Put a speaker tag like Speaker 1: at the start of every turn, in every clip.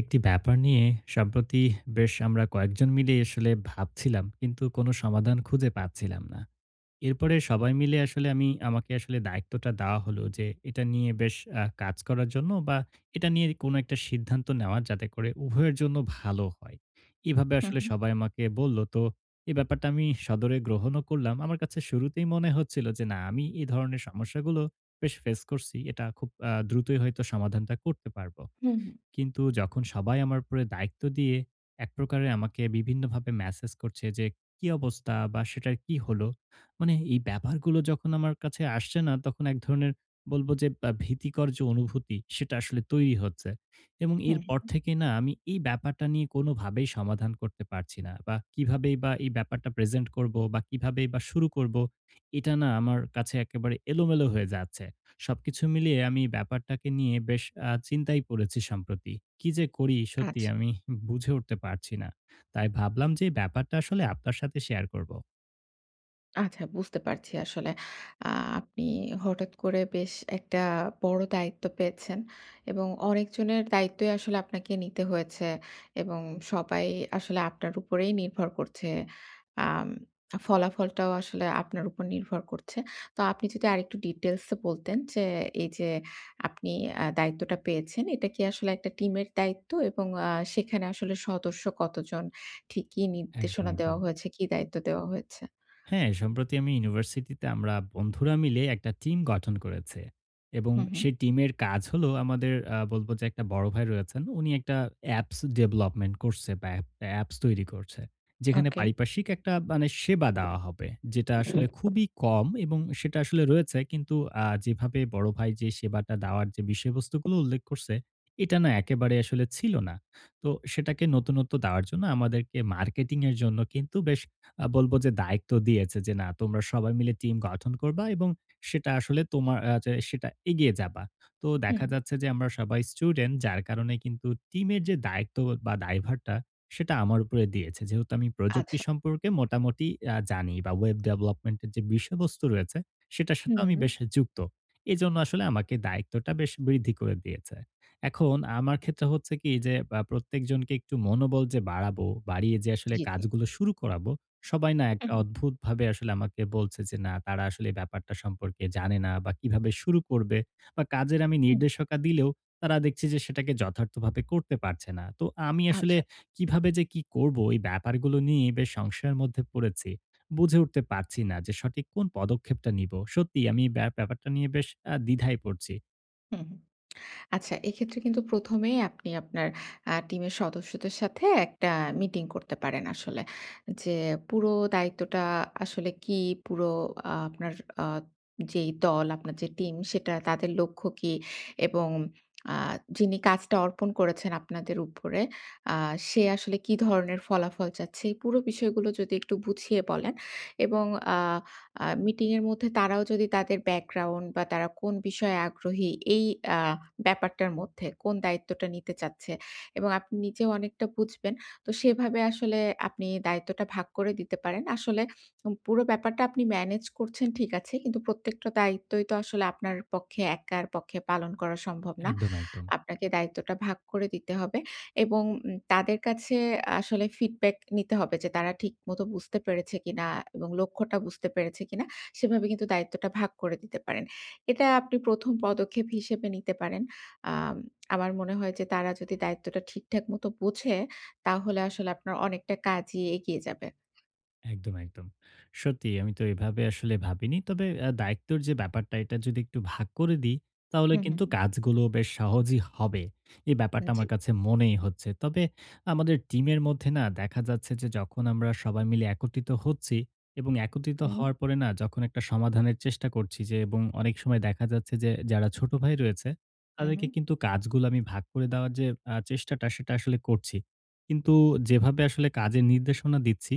Speaker 1: একটি ব্যাপার নিয়ে সম্প্রতি বেশ আমরা কয়েকজন মিলে আসলে ভাবছিলাম, কিন্তু কোনো সমাধান খুঁজে পাচ্ছিলাম না। এরপরে সবাই মিলে আসলে আমাকে আসলে দায়িত্বটা দেওয়া হলো যে এটা নিয়ে বেশ কাজ করার জন্য, বা এটা নিয়ে কোনো একটা সিদ্ধান্ত নেওয়া যাতে করে উভয়ের জন্য ভালো হয়। এভাবে
Speaker 2: হুম,
Speaker 1: আসলে
Speaker 2: হুম।
Speaker 1: সবাই আমাকে বলল তো এই ব্যাপারটা আমি সদরে গ্রহণও করলাম। আমার কাছে শুরুতেই মনে হচ্ছিল যে না, আমি এই ধরনের সমস্যাগুলো বেশ ফেস করছি। এটা খুব দ্রুতই হয়তো সমাধানটা করতে পারব।
Speaker 2: হুম, হুম,
Speaker 1: কিন্তু যখন সবাই আমার উপরে দায়িত্ব দিয়ে এক প্রকারে আমাকে বিভিন্নভাবে মেসেজ করছে যে কি অবস্থা বা সেটার কি হলো, মানে এই ব্যাপারগুলো যখন আমার কাছে আসছে, না তখন এক ধরনের বলবো যে ভীতিকর যে অনুভূতি সেটা আসলে তৈরি হচ্ছে। এবং
Speaker 2: হুম,
Speaker 1: এরপর
Speaker 2: হুম।
Speaker 1: থেকে না, আমি এই ব্যাপারটা নিয়ে কোনোভাবেই সমাধান করতে পারছি না, বা কিভাবেই বা এই ব্যাপারটা প্রেজেন্ট করব, বা কিভাবেই বা শুরু করব। এটা না আমার কাছে একেবারে এলোমেলো হয়ে যাচ্ছে। সবকিছু মিলিয়ে আমি ব্যাপারটাকে নিয়ে বেশ চিন্তায় পড়েছি সম্প্রতি। কি যে করি সত্যি
Speaker 2: আচ্ছা।
Speaker 1: আমি বুঝে উঠতে পারছি না। তাই ভাবলাম যে এই ব্যাপারটা আসলে আপনার সাথে শেয়ার করব।
Speaker 2: আচ্ছা বুঝতে পারছি আসলে আ আপনি হঠাৎ করে বেশ একটা বড় দায়িত্ব পেয়েছেন এবং অনেকজনের দায়িত্বই আসলে আপনাকে নিতে হয়েছে এবং সবাই আসলে আপনার উপরেই নির্ভর করছে। আম ফলাফলটাও আসলে আপনার উপর নির্ভর করছে। তো আপনি যদি আরেকটু ডিটেইলস এ বলতেন যে এই যে আপনি দায়িত্বটা পেয়েছেন, এটা কি আসলে একটা টিমের দায়িত্ব এবং সেখানে আসলে সদস্য কতজন? ঠিক কি
Speaker 1: একদম,
Speaker 2: নির্দেশনা দেওয়া
Speaker 1: একদম।
Speaker 2: হয়েছে? কি দায়িত্ব দেওয়া হয়েছে?
Speaker 1: হ্যাঁ, সম্প্রতি আমি ইউনিভার্সিটিতে আমরা বন্ধুরা মিলে একটা টিম গঠন করেছে। এবং
Speaker 2: হু, হু।
Speaker 1: সেই টিমের কাজ হলো, আমাদের বলব যে একটা বড় ভাই রয়েছেন। উনি একটা অ্যাপস ডেভেলপমেন্ট করছে, বা অ্যাপস তৈরি করছে। যেখানে
Speaker 2: ওকে।
Speaker 1: পারিপার্শ্বিক একটা মানে সেবা দেওয়া হবে। যেটা আসলে খুবই কম, এবং সেটা আসলে রয়েছে, কিন্তু যেভাবে বড় ভাই যে সেবাটা দেওয়ার যে বিষয়বস্তুগুলো উল্লেখ করছে, এটা না একেবারে আসলে ছিল না। তো সেটাকে নতুনত্ব দেওয়ার জন্য আমাদেরকে মার্কেটিং এর জন্য কিন্তু বেশ বলব যে দায়িত্ব দিয়েছে যে, "না, তোমরা সবাই মিলে টিম গঠন করবা, এবং সেটা আসলে তোমার যে সেটা এগিয়ে যাবা।" তো
Speaker 2: হুম।
Speaker 1: দেখা যাচ্ছে যে আমরা সবাই স্টুডেন্ট, যার কারণে কিন্তু টিমের যে দায়িত্ব বা দায়ভারটা, সেটা আমার উপরে দিয়েছে। যেহেতু আমি প্রযুক্তি
Speaker 2: আচ্ছা।
Speaker 1: সম্পর্কে মোটামুটি জানি, বা ওয়েব ডেভেলপমেন্ট এর যে বিষয়বস্তু রয়েছে সেটার সাথে
Speaker 2: হুম।
Speaker 1: আমি বেশ যুক্ত। এজন্য আসলে আমাকে দায়িত্বটা বেশ বৃদ্ধি করে দিয়েছে। এখন আমার ক্ষেত্রে হচ্ছে কি যে, প্রত্যেকজনকে একটু মনোবল যে বাড়াবো, বাড়িয়ে যে আসলে
Speaker 2: জি, জি।
Speaker 1: কাজগুলো শুরু করাবো। সবাই না এক
Speaker 2: হুম,
Speaker 1: অদ্ভুতভাবে আসলে আমাকে বলছে যে, না তারা আসলে এই ব্যাপারটা সম্পর্কে জানে না, বা কিভাবে শুরু করবে, বা কাজের আমি
Speaker 2: হুম।
Speaker 1: নির্দেশকা দিলেও তারা দেখছি যে সেটাকে যথার্থভাবে করতে পারছে না। তো আমি আসলে
Speaker 2: আচ্ছা।
Speaker 1: কিভাবে যে কি করব এই ব্যাপারগুলো নিয়ে বেশ সংশয়ের মধ্যে পড়েছি। বুঝে উঠতে পারছি না যে সঠিক কোন পদক্ষেপটা নিব। সত্যিই আমি এই ব্যাপারটা নিয়ে বেশ দ্বিধায় পড়ছি।
Speaker 2: হুম। আচ্ছা, এক্ষেত্রে কিন্তু ১ম এই আপনি আপনার টিমের সদস্যদের সাথে একটা মিটিং করতে পারেন আসলে। যে পুরো দায়িত্বটা আসলে কি? পুরো আপনার আ যেই দল, আপনার যে টিম, সেটা তাদের লক্ষ্য কি? এবং আ যিনি কাজটা অর্পণ করেছেন আপনাদের উপরে, আ সে আসলে কি ধরনের ফলাফল চাচ্ছে? এই পুরো বিষয়গুলো যদি একটু বুঝিয়ে বলেন এবং আ আ মিটিং এর মধ্যে তারাও যদি তাদের ব্যাকগ্রাউন্ড বা তারা কোন বিষয়ে আগ্রহী এই আ ব্যাপারটার মধ্যে, কোন দায়িত্বটা নিতে চাচ্ছে, এবং আপনি নিজেও অনেকটা বুঝবেন। তো সেভাবে আসলে আপনি দায়িত্বটা ভাগ করে দিতে পারেন। আসলে পুরো ব্যাপারটা আপনি ম্যানেজ করছেন ঠিক আছে। কিন্তু প্রত্যেকটা দায়িত্বই তো আসলে আপনার পক্ষে, একার পক্ষে পালন করা সম্ভব না।
Speaker 1: একদম, একদম।
Speaker 2: আপনাকে দায়িত্বটা ভাগ করে দিতে হবে এবং তাদের কাছে আসলে ফিডব্যাক নিতে হবে যে তারা ঠিকমতো বুঝতে পেরেছে কিনা এবং লক্ষ্যটা বুঝতে পেরেছে কিনা, সেভাবে কিন্তু দায়িত্বটা ভাগ করে দিতে পারেন। এটা আপনি ১ম পদক্ষেপ হিসেবে নিতে পারেন। আম আমার মনে হয় যে তারা যদি দায়িত্বটা ঠিকঠাক মতো বোঝে, তাহলে আসলে আপনার অনেকটা কাজই এগিয়ে যাবে।
Speaker 1: একদম, একদম। সত্যি আমি তো এভাবে আসলে ভাবিনি। তবে দায়িত্বর যে ব্যাপারটা, এটা যদি একটু ভাগ করে দিই, তাহলে
Speaker 2: হুম, হুম,
Speaker 1: কিন্তু
Speaker 2: হুম।
Speaker 1: কাজগুলো বেশ সহজই হবে। এই ব্যাপারটা
Speaker 2: জি।
Speaker 1: আমার কাছে মনেই হচ্ছে। তবে আমাদের টিমের মধ্যে না দেখা যাচ্ছে যে, যখন আমরা সবাই মিলে একত্রিত হচ্ছি এবং একত্রিত
Speaker 2: হুম,
Speaker 1: হওয়ার পরে না, যখন একটা সমাধানের চেষ্টা করছি যে, এবং অনেক সময় দেখা যাচ্ছে যে যারা ছোট ভাই রয়েছে,
Speaker 2: হুম,
Speaker 1: তাদেরকে
Speaker 2: হুম,
Speaker 1: কিন্তু কাজগুলো আমি ভাগ করে দেওয়ার যে চেষ্টাটা, সেটা আসলে করছি। কিন্তু যেভাবে আসলে কাজের নির্দেশনা দিচ্ছি,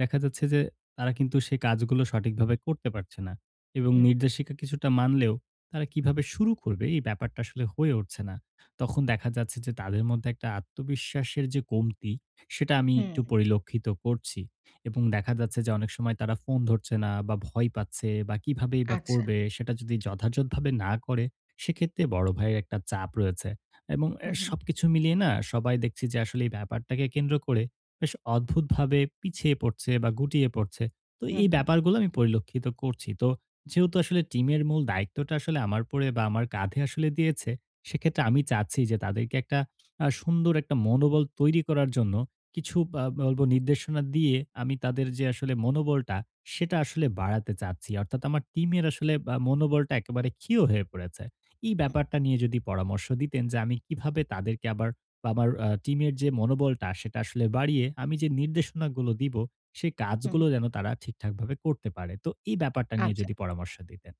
Speaker 1: দেখা যাচ্ছে যে তারা কিন্তু সে কাজগুলো সঠিকভাবে করতে পারছে না, এবং
Speaker 2: হুম,
Speaker 1: নির্দেশিকা কিছুটা মানলেও তারা কিভাবে শুরু করবে এই ব্যাপারটা আসলে হয়ে উঠছে না। তখন দেখা যাচ্ছে যে তাদের মধ্যে একটা আত্মবিশ্বাসের যে কমতি, সেটা আমি
Speaker 2: হুম,
Speaker 1: একটু পরিলক্ষিত করছি। এবং দেখা যাচ্ছে যে অনেক সময় তারা ফোন ধরছে না, বা ভয় পাচ্ছে, বা কিভাবেই বা
Speaker 2: আচ্ছা।
Speaker 1: করবে, সেটা যদি যথাযথভাবে না করে সেক্ষেত্রে বড় ভাইয়ের একটা চাপ রয়েছে। এবং এ
Speaker 2: হুম, হুম,
Speaker 1: সবকিছু মিলিয়ে না, সবাই দেখছি যে আসলে এই ব্যাপারটাকে কেন্দ্র করে বেশ অদ্ভুতভাবে পিছিয়ে পড়ছে বা গুটিয়ে পড়ছে। তো
Speaker 2: হুম,
Speaker 1: এই
Speaker 2: হুম,
Speaker 1: ব্যাপারগুলো আমি পরিলক্ষিত করছি। তো যেহেতু আসলে টিমের মূল দায়িত্বটা আসলে আমার উপরে বা আমার কাঁধে আসলে দিয়েছে, সেক্ষেত্রে আমি চাচ্ছি যে তাদেরকে একটা সুন্দর একটা মনোবল তৈরি করার জন্য কিছু বা বলব নির্দেশনা দিয়ে আমি তাদের যে আসলে মনোবলটা, সেটা আসলে বাড়াতে চাচ্ছি। অর্থাৎ আমার টিমের আসলে বা মনোবলটা একেবারে ক্ষীয় হয়ে পড়েছে। এই
Speaker 2: হুম,
Speaker 1: ব্যাপারটা নিয়ে যদি পরামর্শ দিতেন, যে আমি কিভাবে তাদেরকে আবার বা আমার টিমের যে মনোবলটা সেটা আসলে বাড়িয়ে আমি যে নির্দেশনাগুলো দিব, সেই
Speaker 2: হুম,
Speaker 1: কাজগুলো যেন তারা ঠিকঠাকভাবে করতে পারে। তো এই ব্যাপারটা নিয়ে
Speaker 2: আচ্ছা।
Speaker 1: যদি পরামর্শ দিতেন।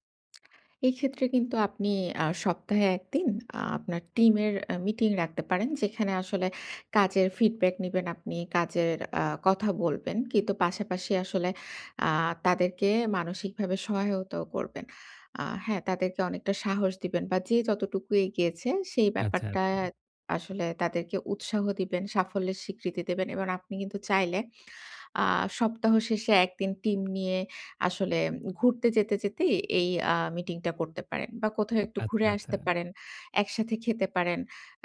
Speaker 2: এক্ষেত্রে কিন্তু আপনি সপ্তাহে ১ দিন আপনার টিমের মিটিং রাখতে পারেন। যেখানে আসলে কাজের ফিডব্যাক নিবেন আপনি, কাজের কথা বলবেন। কিন্তু পাশাপাশি আসলে আ তাদেরকে মানসিকভাবে সহায়তাও করবেন। হ্যাঁ, তাদেরকে অনেকটা সাহস দিবেন বা যে যতটুকু এগিয়েছে সেই
Speaker 1: আচ্ছা,
Speaker 2: ব্যাপারটা
Speaker 1: আচ্ছা।
Speaker 2: আসলে, তাদেরকে উৎসাহ দিবেন, সাফল্যের স্বীকৃতি দেবেন, এবং আপনি কিন্তু চাইলে আ সপ্তাহ শেষে ১ দিন টিম নিয়ে আসলে ঘুরতে যেতেই এই মিটিংটা করতে পারেন বা কোথাও একটু
Speaker 1: আচ্ছা,
Speaker 2: ঘুরে
Speaker 1: আচ্ছা।
Speaker 2: আসতে পারেন। একসাথে খেতে পারেন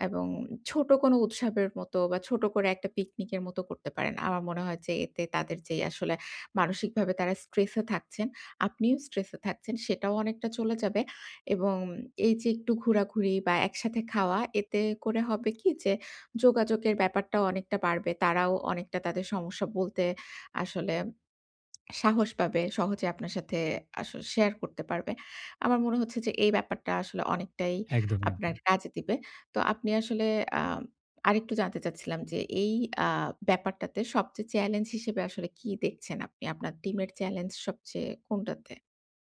Speaker 2: এবং ছোট কোনো উৎসবের মতো বা ছোট করে একটা পিকনিকের মতো করতে পারেন। আমার মনে হয় যে এতে তাদের যেই আসলে মানসিকভাবে তারা স্ট্রেসে থাকছেন, আপনিও স্ট্রেসে থাকছেন, সেটাও অনেকটা চলে যাবে এবং এই যে একটু ঘোরাঘুরি বা একসাথে খাওয়া, এতে করে হবে কি যে যোগাযোগের ব্যাপারটাও অনেকটা বাড়বে। তারাও অনেকটা তাদের সমস্যা বলতে আসলে সাহস পাবে, সহজে আপনার সাথে আসলে শেয়ার করতে পারবে। আমার মনে হচ্ছে যে এই ব্যাপারটা আসলে অনেকটাই
Speaker 1: একদম,
Speaker 2: আপনার
Speaker 1: একদম।
Speaker 2: কাজে দিবে। তো আপনি আসলে আ আরেকটু জানতে চাচ্ছিলাম যে এই আ ব্যাপারটাতে সবচেয়ে চ্যালেঞ্জ হিসেবে আসলে কি দেখছেন আপনি? আপনার টিমের চ্যালেঞ্জ সবচেয়ে কোনটাতে?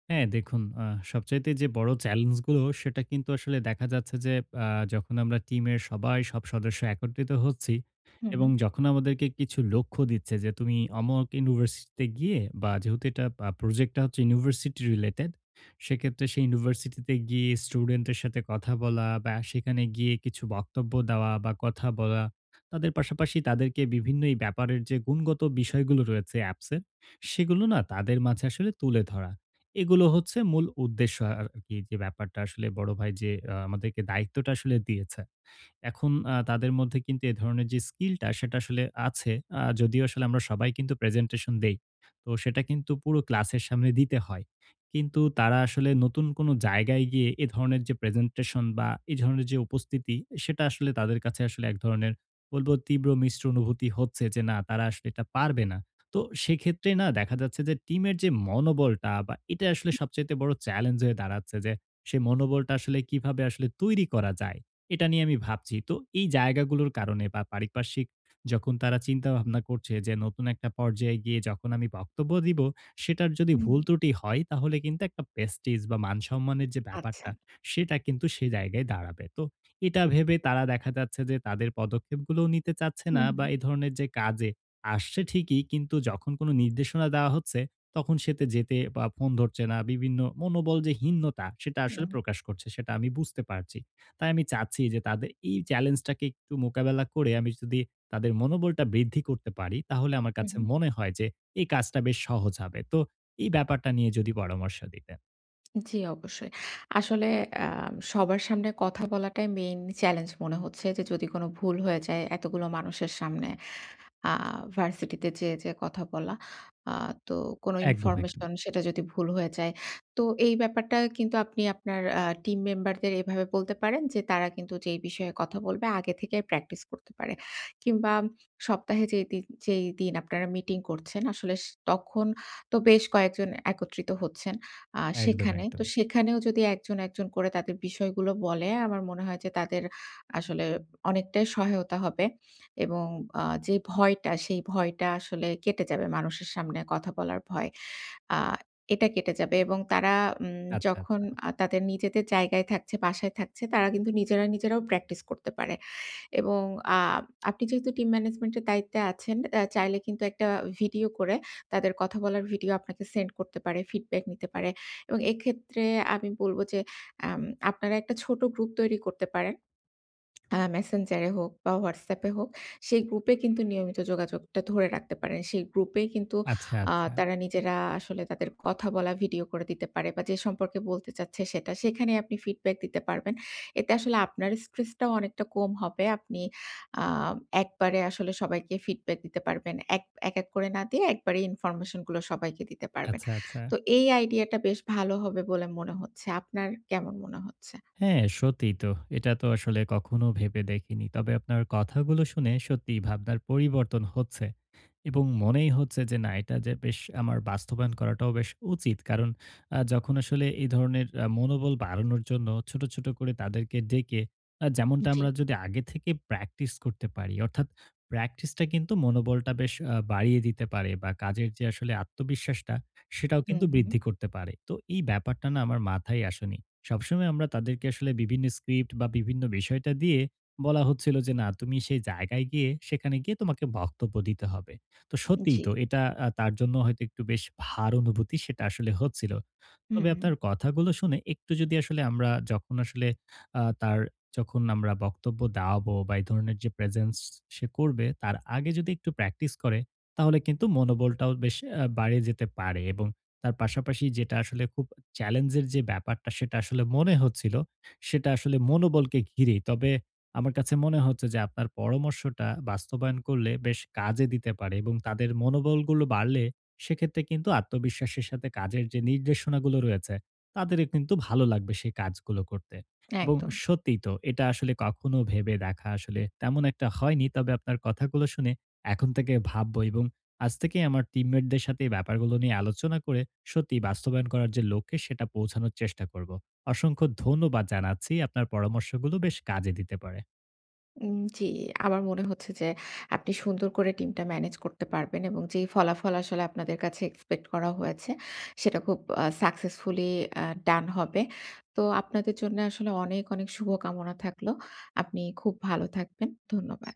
Speaker 1: হ্যাঁ, দেখুন, সবচাইতে যে বড় চ্যালেঞ্জগুলো, সেটা কিন্তু আসলে দেখা যাচ্ছে যে, আ যখন আমরা টিমের সবাই সব সদস্য একত্রিত হচ্ছি,
Speaker 2: হুম,
Speaker 1: এবং
Speaker 2: হুম।
Speaker 1: যখন আমাদেরকে কিছু লক্ষ্য দিচ্ছে যে তুমি অমুক ইউনিভার্সিটিতে গিয়ে, বা যেহেতু এটা প্রজেক্টটা হচ্ছে ইউনিভার্সিটি রিলেটেড, সেক্ষেত্রে সেই ইউনিভার্সিটিতে গিয়ে স্টুডেন্টের সাথে কথা বলা, বা সেখানে গিয়ে কিছু বক্তব্য দেওয়া বা কথা বলা। তাদের পাশাপাশি তাদেরকে বিভিন্ন এই ব্যাপারের যে গুণগত বিষয়গুলো রয়েছে অ্যাপসের, সেগুলো না তাদের মাঝে আসলে তুলে ধরা। এগুলো হচ্ছে মূল উদ্দেশ্য আরকি, যে ব্যাপারটা আসলে বড় ভাই যে আমাদেরকে দায়িত্বটা আসলে দিয়েছে। এখন তাদের মধ্যে কিন্তু এ ধরনের যে স্কিলটা, সেটা আসলে আছে। যদিও আসলে আমরা সবাই কিন্তু প্রেজেন্টেশন দেই। তো সেটা কিন্তু পুরো ক্লাসের সামনে দিতে হয়। কিন্তু তারা আসলে নতুন কোনো জায়গায় গিয়ে এ ধরনের যে প্রেজেন্টেশন বা এ ধরনের যে উপস্থিতি, সেটা আসলে তাদের কাছে আসলে এক ধরনের বলব তীব্র মিশ্র অনুভূতি হচ্ছে যে না তারা আসলে এটা পারবে না। তো সেক্ষেত্রে না দেখা যাচ্ছে যে টিমের যে মনোবলটা, বা এটা আসলে সবচাইতে বড় চ্যালেঞ্জ হয়ে দাঁড়াচ্ছে, যে সেই মনোবলটা আসলে কিভাবে আসলে তৈরি করা যায়? এটা নিয়ে আমি ভাবছি। তো এই জায়গাগুলোর কারণে বা পারিপার্শ্বিক, যখন তারা চিন্তাভাবনা করছে যে নতুন একটা পর্যায়ে গিয়ে যখন আমি বক্তব্য দিব, সেটার যদি
Speaker 2: হুম,
Speaker 1: ভুল
Speaker 2: হুম।
Speaker 1: ত্রুটি হয় তাহলে কিন্তু একটা প্রেস্টিজ বা মান-সম্মানের যে
Speaker 2: আচ্ছা।
Speaker 1: ব্যাপারটা, সেটা কিন্তু সে জায়গায় দাঁড়াবে। তো এটা ভেবে তারা দেখা যাচ্ছে যে তাদের পদক্ষেপগুলোও নিতে চাচ্ছে না,
Speaker 2: হুম,
Speaker 1: বা
Speaker 2: হুম।
Speaker 1: এ ধরনের যে কাজে আসছে ঠিকই, কিন্তু যখন কোনো নির্দেশনা দেওয়া হচ্ছে, তখন সেতে যেতে বা ফোন ধরছে না। বিভিন্ন মনোবল যে হীনতা সেটা আসলে
Speaker 2: হুম,
Speaker 1: প্রকাশ করছে, সেটা আমি বুঝতে পারছি। তাই আমি চাচ্ছি যে তাদের এই চ্যালেঞ্জটাকে একটু মোকাবেলা করে আমি যদি তাদের মনোবলটা বৃদ্ধি করতে পারি, তাহলে আমার
Speaker 2: হুম,
Speaker 1: কাছে
Speaker 2: হুম।
Speaker 1: মনে হয় যে এই কাজটা বেশ সহজ হবে। তো এই ব্যাপারটা নিয়ে যদি পরামর্শ দিতেন।
Speaker 2: জি, অবশ্যই। আসলে আ সবার সামনে কথা বলাটাই মেইন চ্যালেঞ্জ মনে হচ্ছে, যে যদি কোনো ভুল হয়ে যায় এতগুলো মানুষের সামনে। আ ভার্সিটিতে যেয়ে কথা বলা। আ তো কোনো
Speaker 1: একদম, একদম।
Speaker 2: ইনফরমেশন, সেটা যদি ভুল হয়ে যায়। তো এই ব্যাপারটা কিন্তু আপনি আপনার টিম মেম্বারদের এভাবে বলতে পারেন যে, তারা কিন্তু যেই বিষয়ে কথা বলবে আগে থেকে প্র্যাকটিস করতে পারে। কিংবা সপ্তাহে যেই দিন যেই দিন আপনারা মিটিং করছেন আসলে স তখন তো বেশ কয়েকজন একত্রিত হচ্ছেন
Speaker 1: একদম,
Speaker 2: সেখানে। তো
Speaker 1: একদম।
Speaker 2: সেখানেও যদি একজন, একজন করে তাদের বিষয়গুলো বলে, আমার মনে হয় যে তাদের আসলে অনেকটাই সহায়তা হবে। এবং যে ভয়টা, সেই ভয়টা আসলে কেটে যাবে। মানুষের সামনে কথা বলার ভয়, আ এটা কেটে যাবে এবং তারা
Speaker 1: আচ্ছা,
Speaker 2: যখন
Speaker 1: আচ্ছা।
Speaker 2: তাদের নিজেদের জায়গায় থাকছে, বাসায় থাকছে, তারা কিন্তু নিজেরা, নিজেরাও প্র্যাকটিস করতে পারে এবং আ আপনি যেহেতু টিম ম্যানেজমেন্টের দায়িত্বে আছেন, চাইলে কিন্তু একটা ভিডিও করে, তাদের কথা বলার ভিডিও আপনাকে সেন্ড করতে পারে, ফিডব্যাক নিতে পারে এবং এক্ষেত্রে আমি বলব যে, আম আপনারা একটা ছোট গ্রুপ তৈরি করতে পারেন। Messenger এ হোক বা WhatsApp এ হোক, সেই গ্রুপে কিন্তু নিয়মিত যোগাযোগটা ধরে রাখতে পারেন। সেই গ্রুপে কিন্তু
Speaker 1: আচ্ছা, আচ্ছা।
Speaker 2: তারা নিজেরা আসলে তাদের কথা বলা ভিডিও করে দিতে পারে বা যে সম্পর্কে বলতে চাচ্ছে সেটা, সেখানে আপনি ফিডব্যাক দিতে পারবেন। এতে আসলে আপনার স্ট্রেসটাও অনেকটা কম হবে। আপনি আ একবারে আসলে সবাইকে ফিডব্যাক দিতে পারবেন। এক এক, এক করে না দিয়ে একবারে ইনফরমেশন গুলো সবাইকে দিতে পারবেন।
Speaker 1: আচ্ছা, আচ্ছা।
Speaker 2: তো এই আইডিয়াটা বেশ ভালো হবে বলে মনে হচ্ছে। আপনার কেমন মনে হচ্ছে?
Speaker 1: হ্যাঁ, সত্যিই তো। এটা তো আসলে কখনো ভেবে দেখিনি। তবে আপনার কথাগুলো শুনে সত্যিই ভাবনার পরিবর্তন হচ্ছে। এবং মনেই হচ্ছে যে না, এটা যে বেশ আমার বাস্তবায়ন করাটাও বেশ উচিত। কারণ যখন আসলে এই ধরনের মনোবল বাড়ানোর জন্য ছোট, ছোট করে তাদেরকে ডেকে, যেমনটা
Speaker 2: জি।
Speaker 1: আমরা যদি আগে থেকে প্র্যাকটিস করতে পারি, অর্থাৎ প্র্যাকটিসটা কিন্তু মনোবলটা বেশ বাড়িয়ে দিতে পারে, বা কাজের যে আসলে আত্মবিশ্বাসটা সেটাও
Speaker 2: হুম,
Speaker 1: কিন্তু
Speaker 2: হুম।
Speaker 1: বৃদ্ধি করতে পারে। তো এই ব্যাপারটা না আমার মাথায় আসেনি। সবসময় আমরা তাদেরকে আসলে বিভিন্ন স্ক্রিপ্ট বা বিভিন্ন বিষয়টা দিয়ে বলা হচ্ছিল যে, না তুমি সেই জায়গায় গিয়ে সেখানে গিয়ে তোমাকে বক্তব্য দিতে হবে। তো সত্যিই
Speaker 2: জি।
Speaker 1: তো এটা তার জন্য হয়তো একটু বেশ ভার অনুভূতি সেটা আসলে হচ্ছিল। তবে
Speaker 2: হুম,
Speaker 1: আপনার কথাগুলো শুনে একটু যদি আসলে আমরা যখন আসলে তার যখন আমরা বক্তব্য দাওয়াবো বা এই ধরনের যে প্রেজেন্স সে করবে, তার আগে যদি একটু প্র্যাকটিস করে, তাহলে কিন্তু মনোবলটাও বেশ বাড়ে যেতে পারে। এবং তার পাশাপাশি যেটা আসলে খুব চ্যালেঞ্জের যে ব্যাপারটা সেটা আসলে মনে হচ্ছিল, সেটা আসলে মনোবলকে ঘিরেই। তবে আমার কাছে মনে হচ্ছে যে আপনার পরামর্শটা বাস্তবায়ন করলে বেশ কাজে দিতে পারে, এবং তাদের মনোবলগুলো বাড়লে সেক্ষেত্রে কিন্তু আত্মবিশ্বাসের সাথে কাজের যে নির্দেশনাগুলো রয়েছে, তাদেরও কিন্তু ভালো লাগবে সেই কাজগুলো করতে। এবং
Speaker 2: একদম।
Speaker 1: সত্যিই তো এটা আসলে কখনো ভেবে দেখা আসলে তেমন একটা হয়নি। তবে আপনার কথাগুলো শুনে এখন থেকে ভাববো, এবং আজ থেকেই আমার টিমমেটদের সাথে এই ব্যাপারগুলো নিয়ে আলোচনা করে সত্যি বাস্তবায়ন করার যে লক্ষ্যে সেটা পৌঁছানোর চেষ্টা করব। অসংখ্য ধন্যবাদ জানাচ্ছি। আপনার পরামর্শগুলো বেশ কাজে দিতে পারে।
Speaker 2: জি, আমার মনে হচ্ছে যে আপনি সুন্দর করে টিমটা ম্যানেজ করতে পারবেন এবং যেই ফলাফল আসলে আপনাদের কাছে এক্সপেক্ট করা হয়েছে সেটা খুব সাকসেসফুলি ডান হবে। তো আপনাদের জন্য আসলে অনেক, অনেক শুভকামনা থাকলো। আপনি খুব ভালো থাকবেন। ধন্যবাদ।